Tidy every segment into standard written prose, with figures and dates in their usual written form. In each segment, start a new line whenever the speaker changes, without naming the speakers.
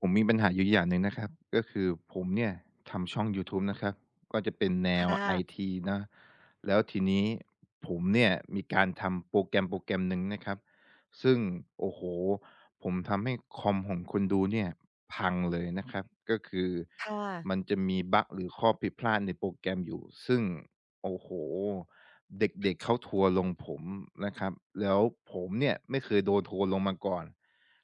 ผมมีปัญหาอยู่อย่างหนึ่งนะครับก็คือผมเนี่ยทำช่องยูทูบนะครับก็จะเป็นแนว
ค่
ไอ
ะ
ทีนะแล้วทีนี้ผมเนี่ยมีการทำโปรแกรมโปรแกรมหนึ่งนะครับซึ่งโอ้โฮผมทำให้คอมของคนดูเนี่ยพังเลยนะครับก็คือ
ค่ะ
มันจะมีบักหรือข้อผิดพลาดในโปรแกรมอยู่ซึ่งโอ้โฮเด็กๆเขาทัวร์ลงผมนะครับแล้วผมเนี่ยไม่เคยโดนทัวร์ลงมาก่อน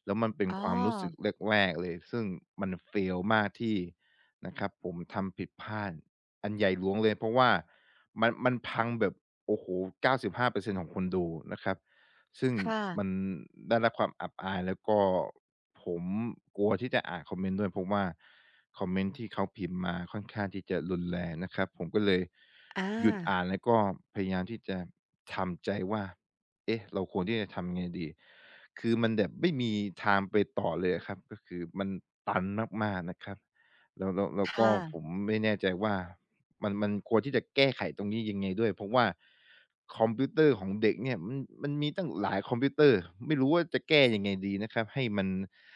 แล้วมันเป็น
อ๋อ
ความรู้สึกแรกๆเลยซึ่งมันเฟ i มากที่นะครับผมทำผิดพลาดอันใหญ่หลวงเลยเพราะว่ามันพังแบบโอ้โฮ95%ของคนดูนะครับซึ่ง
ค่ะ
มันได้รับความอับอายแล้วก็ผมกลัวที่จะอ่านคอมเมนต์ด้วยเพราะว่าคอมเมนต์ที่เขาพิมพ์มาค่อนข้างที่จะรุนแรงนะครับผมก็เลย
อา
หยุดอ่านแล้วก็พยายามที่จะทำใจว่าเอ๊ะเราควรที่จะทำยังไงดี คือมันแบบไม่มีทางไปต่อเลยอะครับก็คือมันตันมากๆนะครับแล้วแล้วแล้
ค
วก็ผ
่ะ
มไม่แน่ใจว่ามันควรที่จะแก้ไขตรงนี้ยังไงด้วยเพราะว่าคอมพิวเตอร์ของเด็กเนี่ยมันมีตั้งหลายคอมพิวเตอร์ไม่รู้ว่าจะแก้ยังไงดีนะครับให้มัน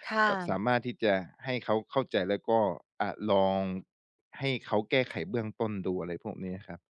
ค่ะ
แบบสามารถที่จะให้เขาเข้าใจแล้วก็ลองให้เขาแก้ไขเบื้องต้นดูอะไรพวกนี้อะครับ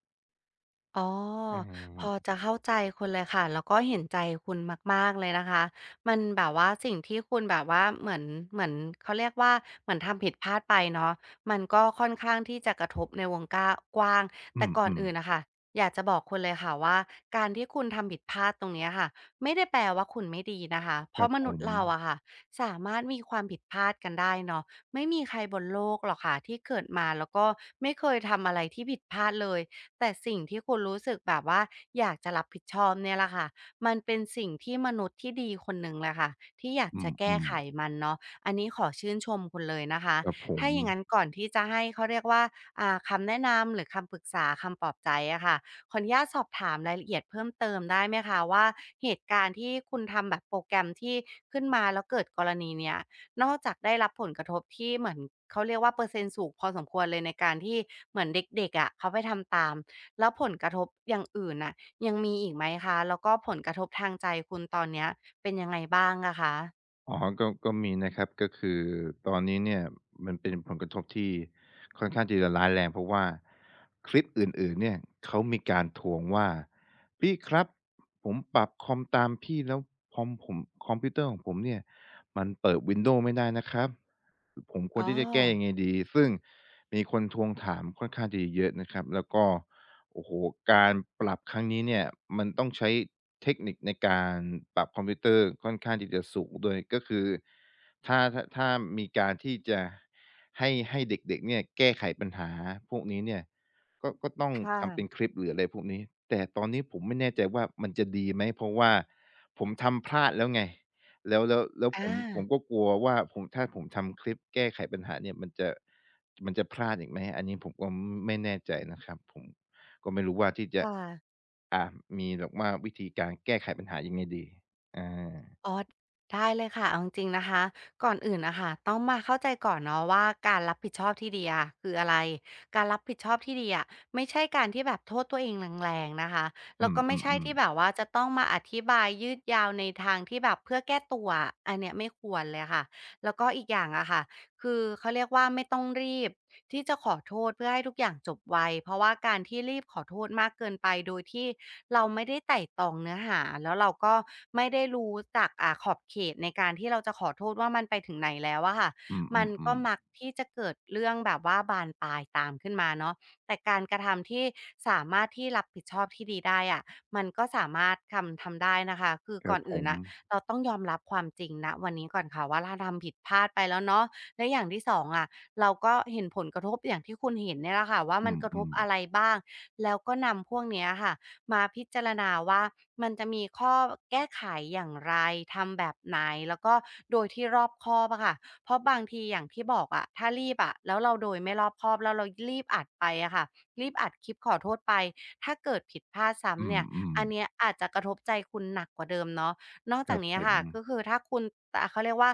อ๋อ
อา
พอจะเข้าใจคุณเลยค่ะแล้วก็เห็นใจคุณมากๆเลยนะคะมันแบบว่าสิ่งที่คุณแบบว่าเหมือนเขาเรียกว่าเหมือนทำผิดพลาดไปเนาะมันก็ค่อนข้างที่จะกระทบในวงก้ากว้าง
อ
แต่ก่อน
ืม
อื่นน่ะค่ะอยากจะบอกคุณเลยค่ะว่าการที่คุณทำผิดพลาดตรงเนี้ยค่ะไม่ได้แปลว่าคุณไม่ดีนะคะเพ
ๆครั
ราะ
บ
ม
ผ
นุษ
ม
ย์เราอะค่ะสามารถมีความผิดพลาดกันได้เนาะไม่มีใครบนโลกหรอกค่ะที่เกิดมาแล้วก็ไม่เคยทำอะไรที่ผิดพลาดเลย แต่สิ่งที่คุณรู้สึกแบบว่าอยากจะรับผิดชอบเนี่ยแหละค่ะมันเป็นสิ่งที่มนุษย์ที่ดีคนหนึ่งแหละค่ะที่อยาก
อ
จะแก้
ืม
ไข
ๆ
มันเนาะอันนี้ขอชื่นชมคุณเลยนะคะ
ครับผ
ถ้า
ม
อย่างนั้นก่อนที่จะให้เขาเรียกว่าคำแนะนำหรือคำปรึกษาคำปลอบใจอะค่ะขออนุญาตสอบถามรายละเอียดเพิ่มเติมได้ไหมคะว่าเหตุการณ์ที่คุณทำแบบโปรแกรมที่ขึ้นมาแล้วเกิดกรณีเนี้ยนอกจากได้รับผลกระทบที่เหมือนเขาเรียกว่าเปอร์เซ็นต์สูงพอสมควรเลยในการที่เหมือนเด็กๆอะเขาไปทำตาม แล้วผลกระทบอย่างอื่นน่ะยังมีอีกไหมคะแล้วก็ผลกระทบทางใจคุณตอนเนี้ยเป็นยังไงบ้างอะคะ
อ๋อก็มีนะครับก็คือตอนนี้เนี่ยมันเป็นผลกระทบที่ค่อนข้างที่จะร้ายแรงเพราะว่าคลิปอื่นๆเนี่ยเขามีการทวงว่าพี่ครับผมปรับคอมตามพี่แล้วคอมผมคอมพิวเตอร์ของผมเนี่ยมันเปิด Windows ไม่ได้นะครับ ผมคว
อ๋
ร
อ
ที่จะแก้ยังไงดี ซึ่งมีคนทวงถามค่อนข้างที่จะเยอะนะครับแล้วก็โอ้โฮการปรับครั้งนี้เนี่ยมันต้องใช้ เทคนิคในการปรับคอมพิวเตอร์ค่อนข้างที่จะสูงด้วยก็คือถ้ามีการที่จะให้เด็กๆเนี่ยแก้ไขปัญหาพวกนี้เนี่ยก็ต้อง
ค
ทำเป็น
่ะ
คลิปหรืออะไรพวกนี้แต่ตอนนี้ผมไม่แน่ใจว่ามันจะดีไหมเพราะว่าผมทำพลาดแล้วไงแล้วผ
อา
มผมก็กลัวว่าผมถ้าผมทำคลิปแก้ไขปัญหาเนี่ยมันจะมันจะพลาดอีกไหมอันนี้ผมก็ไม่แน่ใจนะครับผม ก็ไม่รู้ว่าที่
ค
จะ
่ะ
อ่ามีแบบว่าวิธีการแก้ไขปัญหายังไงดีอา
อ๋อได้เลยค่ะเอาจริงๆนะคะก่อนอื่นน่ะค่ะต้องมาเข้าใจก่อนเนาะว่าการรับผิดชอบที่ดีอะคืออะไรการรับผิดชอบที่ดีอะไม่ใช่การที่แบบโทษตัวเองแรงๆนะคะ
อื
แล้วก็ไม่ใช่
มๆ
ที่
ๆ
แบบว่าจะต้องมาอธิบายยืดยาวในทางที่แบบเพื่อแก้ตัวอะอันเนี้ยไม่ควรเลยค่ะแล้วก็อีกอย่างอะค่ะ คือเขาเรียกว่าไม่ต้องรีบที่จะขอโทษเพื่อให้ทุกอย่างจบไวเพราะว่าการที่รีบขอโทษมากเกินไปโดยที่เราไม่ได้ไต่ตรองเนื้อหาแล้วเราก็ไม่ได้รู้จักขอบเขตในการที่เราจะขอโทษว่ามันไปถึงไหนแล้วอะค่ะ
อื
มันก็
มๆๆ
มักที่จะเกิดเรื่องแบบว่าบานปลายตามขึ้นมาเนาะแต่การกระทำที่สามารถที่รับผิดชอบที่ดีได้อะมันก็สามารถทำได้นะคะคือ
ค
ก่
รั
อ
บ
น
ผ
อื่น
ม
น่ะเราต้องยอมรับความจริงณวันนี้ก่อนค่ะว่าเราทำผิดพลาดไปแล้วเนาะ และอย่างที่สองอ่ะเราก็เห็นผลกระทบอย่างที่คุณเห็นเนี่ยแหละค่ะว่า
อื
มันกระทบ
ม
อะไร
ๆ
บ้างแล้วก็นำพวกเนี้ยค่ะมาพิจารณาว่ามันจะมีข้อแก้ไขอย่างไรทำแบบไหนแล้วก็โดยที่รอบคอบอะค่ะเพราะบางทีอย่างที่บอกอะถ้ารีบอะแล้วเราโดยไม่รอบคอบแล้วเรารีบอัดไปอะค่ะรีบอัดคลิปขอโทษไปถ้าเกิดผิดพลาด
อื
ซ้ำเนี่ย
ม
อันเนี้
ๆ
ยอาจจะกระทบใจคุณหนักกว่าเดิมเนาะนอก
ค
จาก
รับ
นี้
ผม
ค่ะก็คือถ้าคุณอ่ะเขาเรียกว่า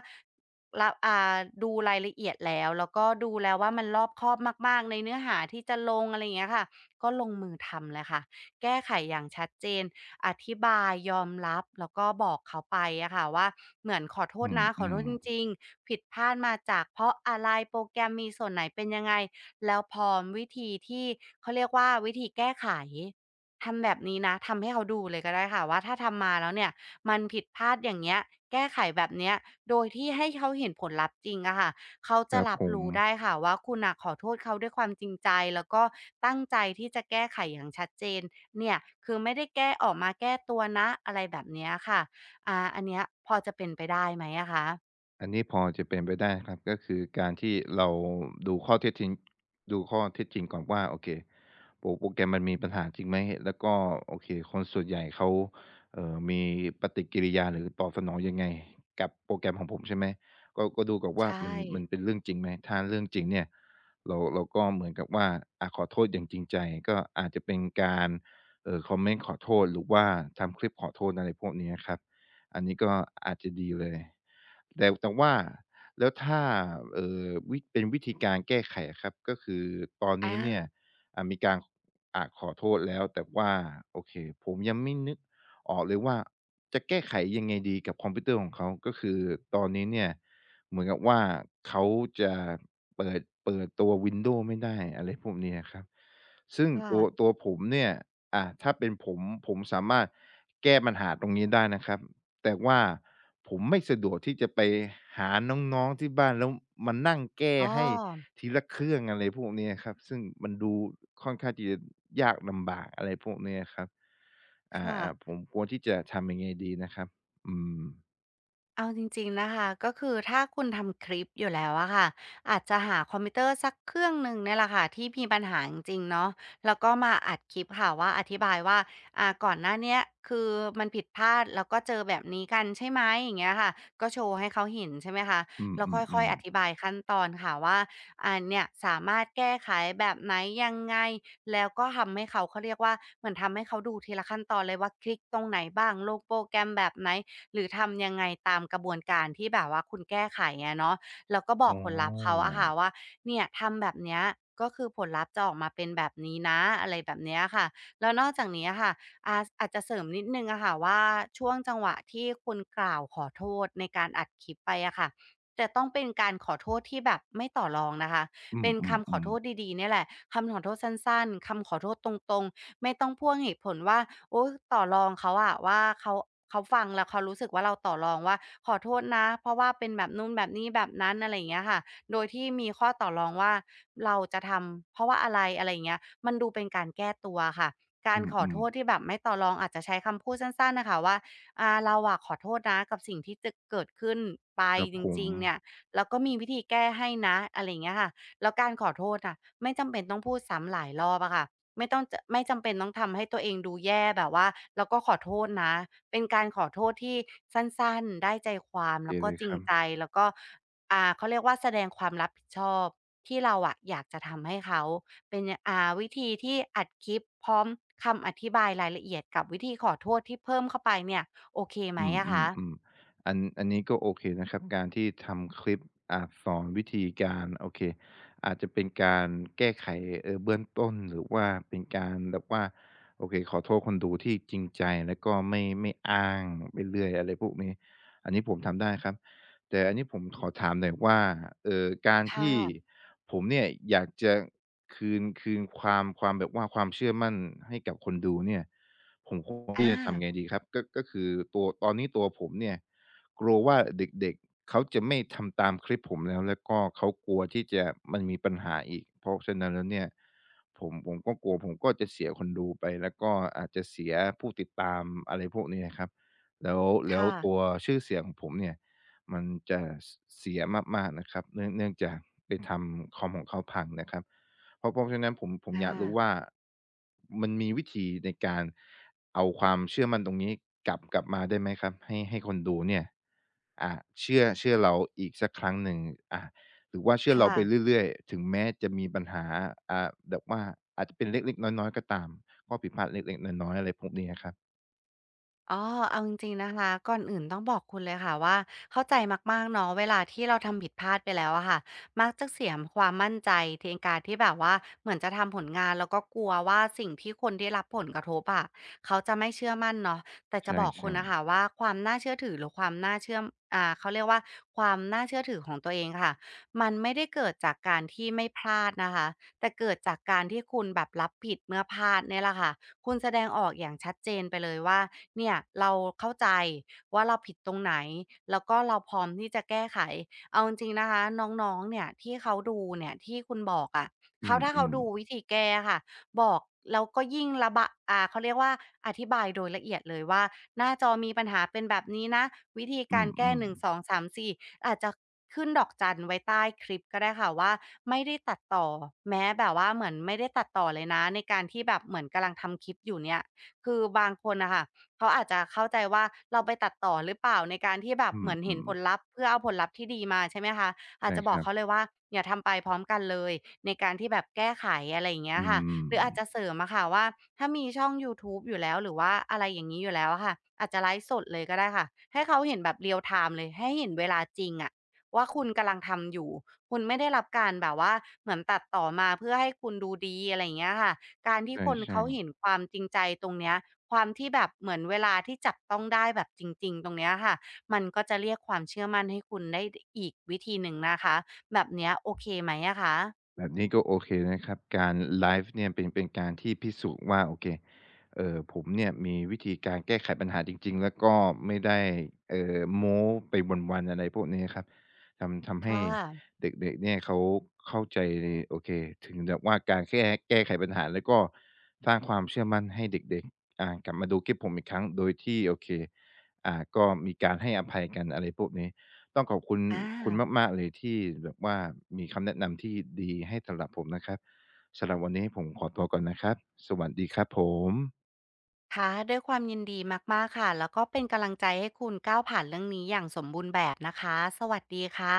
รับดูรายละเอียดแล้วก็ดูแล้วว่ามันรอบคอบมากๆ ในเนื้อหาที่จะลงอะไรอย่างเงี้ยค่ะก็ลงมือทำเลยค่ะแก้ไขอย่างชัดเจนอธิบายยอมรับแล้วก็บอกเขาไปอะค่ะว่าเหมือนขอโทษนะข
อื
อโทษ
ม
จริงๆผิดพลาดมาจากเพราะอะไรโปรแกรมมีส่วนไหนเป็นยังไงแล้วพร้อมวิธีที่เขาเรียกว่าวิธีแก้ไขทำแบบนี้นะทำให้เขาดูเลยก็ได้ค่ะว่าถ้าทำมาแล้วเนี่ย มันผิดพลาดอย่างเงี้ยแก้ไขแบบเนี้ยโดยที่ให้เขาเห็นผลลัพธ์จริงอะค่ะเขา
ๆค
จะ
รับ
รับ
ผม
รู้ได้ค่ะว่าคุณน่ะขอโทษเขาด้วยความจริงใจแล้วก็ตั้งใจที่จะแก้ไขอย่างชัดเจนเนี่ยคือไม่ได้แก้ออกมาแก้ตัวนะอะไรแบบเนี้ยค่ะอันเนี้ยพอจะเป็นไปได้ไหมอะคะ
อันนี้พอจะเป็นไปได้ครับก็คือการที่เราดูข้อเท็จจริงดูข้อเท็จจริงก่อนว่าโอเคโปรแกรมมันมีปัญหาจริงไหมแล้วก็โอเคคนส่วนใหญ่เขามีปฏิกิริยาหรือตอบสนองยังไงกับโปรแกรมของผมใช่ไหมก็ดูก่อน
ใช
ว่ามั
่
นมันเป็นเรื่องจริงไหมถ้าเรื่องจริงเนี่ยเราก็เหมือนกับว่าอะขอโทษอย่างจริงใจก็อาจจะเป็นการคอมเมนต์ขอโทษหรือว่าทำคลิปขอโทษอะไรพวกนี้อะครับ อันนี้ก็อาจจะดีเลย แต่ว่าแล้วถ้าวิเป็นวิธีการแก้ไขอะครับก็คือตอนนี้เนี่ย
อา
มีการขอโทษแล้วแต่ว่าโอเคผมยังไม่นึกออกเลยว่าจะแก้ไขยังไงดีกับคอมพิวเตอร์ของเขา ก็คือตอนนี้เนี่ยเหมือนกับว่าเขาจะเปิดตัว Windows ไม่ได้อะไรพวกนี้อะครับซึ่ง
ค่ะ
ตัวผมเนี่ยถ้าเป็นผมผมสามารถแก้ปัญหาตรงนี้ได้นะครับ แต่ว่าผมไม่สะดวกที่จะไปหาน้องๆที่บ้านแล้วมานั่งแก้
อ๋อ
ให้ทีละเครื่องอะไรพวกเนี้ยครับซึ่งมันดูค่อนข้างที่จะยากลำบากอะไรพวกเนี้ยครับอ่
ค่ะ
าๆผมควรที่จะทำยังไงดีนะครับอืม
เอาจริงๆนะคะก็คือถ้าคุณทำคลิปอยู่แล้วอะค่ะอาจจะหาคอมพิวเตอร์สักเครื่องหนึ่งเนี่ยแหละค่ะที่มีปัญหาจริงๆเนาะแล้วก็มาอัดคลิปค่ะว่าอธิบายว่าก่อนหน้าเนี้ยคือมันผิดพลาดแล้วก็เจอแบบนี้กันใช่ไหมอย่างเงี้ยค่ะก็โชว์ให้เขาเห็นใช่ไหมคะ
อื
แล้วค่อย
ม
ๆอ
ๆๆ
ธิบายขั้นตอนค่ะว่าอ่นเนี่ยสามารถแก้ไขแบบไหนยังไงแล้วก็ทำให้เขาเรียกว่าเหมือนทำให้เขาดูทีละขั้นตอนเลยว่าคลิกตรงไหนบ้างลงโปรแกรมแบบไหน หรือทำยังไงตามกระบวนการที่แบบว่าคุณแก้ไของเนาะแล้วก็บอก
อ๋อ
ผลลัพธ์เขาอะค่ะว่าเนี่ยทำแบบเนี้ยก็คือผลลัพธ์จะออกมาเป็นแบบนี้นะอะไรแบบเนี้ยค่ะแล้วนอกจากนี้อะค่ะอาจจะเสริมนิดหนึ่งอะค่ะว่าช่วงจังหวะที่คุณกล่าวขอโทษในการอัดคลิปไปอะค่ะจะต้องเป็นการขอโทษที่แบบไม่ต่อรองนะคะ
อื
เป็นคำขอโท
ม
ษ
ๆๆ
ดีๆเนี่ยแหละคำขอโทษสั้นๆคำขอโทษตรงๆ ไม่ต้องพ่วงเหตุผลว่าโอต่อรองเขาอะว่าเขาฟังแล้วเขารู้สึกว่าเราต่อรองว่าขอโทษนะเพราะว่าเป็นแบบนู่นแบบนี้แบบนั้นอะไรอย่างเงี้ยค่ะโดยที่มีข้อต่อรองว่าเราจะทำเพราะว่าอะไรอะไรอย่างเงี้ยมันดูเป็นการแก้ตัวค่ะกา
อ
รขอ
ื
โท
ม
ษ
ๆ
ที่แบบไม่ต่อรองอาจจะใช้คำพูดสั้นๆน่ะคะว่าอาเราอะขอโทษนะกับสิ่งที่จะเกิดขึ้นไป
ครับ
จ
ผม
ริงๆเนี่ยแล้วก็มีวิธีแก้ให้นะอะไรอย่างเงี้ยค่ะแล้วการขอโทษน่ะไม่จำเป็นต้องพูดซ้ำหลายรอบอะค่ะ ไม่จำเป็นต้องทำให้ตัวเองดูแย่แบบว่าแล้วก็ขอโทษนะเป็นการขอโทษที่สั้นๆได้ใจความ
โอเค
แล้วก็
เลย
จริ
ค
ง
รับ
ใจแล้วก็เขาเรียกว่าแสดงความรับผิดชอบที่เราอะอยากจะทำให้เขาเป็นยวิธีที่อัดคลิปพร้อมคำอธิบายรายละเอียดกับวิธีขอโทษที่เพิ่มเข้าไปเนี่ยโอเคไหม
อืม
อะ
อืม
คะ
อมอันนี้ก็โอเคนะครับการที่ทำคลิปอาสอนวิธีการโอเคอาจจะเป็นการแก้ไขเบื้องต้นหรือว่าเป็นการแบบว่าโอเคขอโทษคนดูที่จริงใจแล้วก็ไม่อ้างไปเรื่อยอะไรพวกนี้อันนี้ผมทำได้ครับแต่อันนี้ผมขอถามหน่อยว่าการ
ค่ะ
ที่ผมเนี่ยอยากจะคืนความแบบว่าความเชื่อมั่นให้กับคนดูเนี่ย ผมคงที่
อา
จะทำไงดีครับก็คือตอนนี้ตัวผมเนี่ยกลัวว่าเด็กๆเขาจะไม่ทำตามคลิปผมแล้วแล้วก็เขากลัวที่จะมันมีปัญหาอีกเพราะฉะนั้นแล้วเนี่ยผมก็กลัวผมก็จะเสียคนดูไปแล้วก็อาจจะเสียผู้ติดตามอะไรพวกนี้อะครับแล้วแล้ว
ค่ะ
ตัวชื่อเสียงของผมเนี่ยมันจะสเสียมากๆนะครับเนื่องจากไปทำคอมของเขาพังนะครับ เพราะฉะนั้นผมอยากรู้
อา
ว่ามันมีวิธีในการเอาความเชื่อมั่นตรงนี้กลับมาได้ไหมครับให้คนดูเนี่ยอ่าเชื่อเราอีกสักครั้งหนึ่งอ่าหรือว่าเชื่อเรา
ค่ะ
ไปเรื่อยๆถึงแม้จะมีปัญหาแบบว่าอาจจะเป็นเล็กๆน้อยๆก็ตามข้อผิดพลาดเล็กๆน้อยๆอะไรพวกนี้อะครับ
อ๋อเอาจริงๆนะคะก่อนอื่นต้องบอกคุณเลยค่ะว่าเข้าใจมากๆเนาะเวลาที่เราทำผิดพลาดไปแล้วอะค่ะมักจะเสียความมั่นใจในการที่แบบว่าเหมือนจะทำผลงานแล้วก็กลัวว่าสิ่งที่คนได้รับผลกระทบอะเขาจะไม่เชื่อมั่นเนาะแต่
ใช
จะบอกคุณ
่
นะ
ๆ
คะว่าความน่าเชื่อถือหรือความน่าเชื่อมเขาเรียกว่าความน่าเชื่อถือของตัวเองค่ะมันไม่ได้เกิดจากการที่ไม่พลาดนะคะแต่เกิดจากการที่คุณแบบรับผิดเมื่อพลาดเนี่ยแหละค่ะ คุณแสดงออกอย่างชัดเจนไปเลยว่าเนี่ยเราเข้าใจว่าเราผิดตรงไหนแล้วก็เราพร้อมที่จะแก้ไขเอาจริงๆนะคะน้องๆเนี่ยที่เขาดูเนี่ยที่คุณบอกอะะ
อื
เขาถ้าเขา
ม
ดู
ๆอ
วิธีแก้ค่ะบอกแล้วก็ยิ่งระบะเขาเรียกว่าอธิบายโดยละเอียดเลยว่า หน้าจอมีปัญหาเป็นแบบนี้นะวิธี
ื
การแก้
มๆ
1 2 3 4องสามสี่อาจจะขึ้นดอกจันไว้ใต้คลิปก็ได้ค่ะว่าไม่ได้ตัดต่อแม้แบบว่าเหมือนไม่ได้ตัดต่อเลยนะในการที่แบบเหมือนกำลังทำคลิปอยู่เนี่ยคือบางคนน่ะค่ะเขาอาจจะเข้าใจว่าเราไปตัดต่อหรือเปล่าในการที่แบบ
อ
เหมือน
ื
เห็น
ม
ผล
ๆ
ลัพธ์เพื่อเอาผลลัพธ์ที่ดีมาใช่ไหมคะอาจ
ใช่
จะบ
ค
อก
รับ
เขาเลยว่าอย่าทำไปพร้อมกันเลยในการที่แบบแก้ไขอะไรอย่างเงี้ย
อื
ค่ะ
ม
หรืออาจจะเสริมอะค่ะว่าถ้ามีช่องยูทูบอยู่แล้วหรือว่าอะไรอย่างงี้อยู่แล้วอะค่ะอาจจะไลฟ์สดเลยก็ได้ค่ะให้เขาเห็นแบบ real time เลยให้เห็นเวลาจริงอะว่าคุณกำลังทำอยู่คุณไม่ได้รับการแบบว่าเหมือนตัดต่อมาเพื่อให้คุณดูดีอะไรอย่างเงี้ยค่ะการที่คน
ใช่
เขาเห็น
ๆ
ความจริงใจตรงเนี้ยความที่แบบเหมือนเวลาที่จับต้องได้แบบจริงๆตรงเนี้ยค่ะมันก็จะเรียกความเชื่อมั่นให้คุณได้ดอีกวิธีหนึ่งนะคะแบบเนี้ยโอเคไหมอะคะ
แบบนี้ก็โอเคนะครับการไลฟ์เนี่ยเป็นการที่พิสูจน์ว่าโอเคผมเนี่ยมีวิธีการแก้ไขปัญหาจริงๆแล้วก็ไม่ได้โม้ไปวันๆอะไรพวกนี้ครับทำ
ค่
ให้
ะ
เด็กๆเนี่ยเขาเข้าใจเลยโอเคถึงแบบว่าการแก้ไขปัญหาแล้วก็สร้างความเชื่อมั่นให้เด็กๆกลับมาดูคลิปผมอีกครั้งโดยที่โอเคก็มีการให้อภัยกันอะไรพวกนี้ ต้องขอบคุณ
อา
คุณมากๆเลยที่แบบว่ามีคำแนะนำที่ดีให้สำหรับผมนะครับ สำหรับวันนี้ผมขอตัวก่อนนะครับ สวัสดีครับผม
ค่ะด้วยความยินดีมากๆค่ะแล้วก็เป็นกำลังใจให้คุณก้าวผ่านเรื่องนี้อย่างสมบูรณ์แบบนะคะสวัสดีค่ะ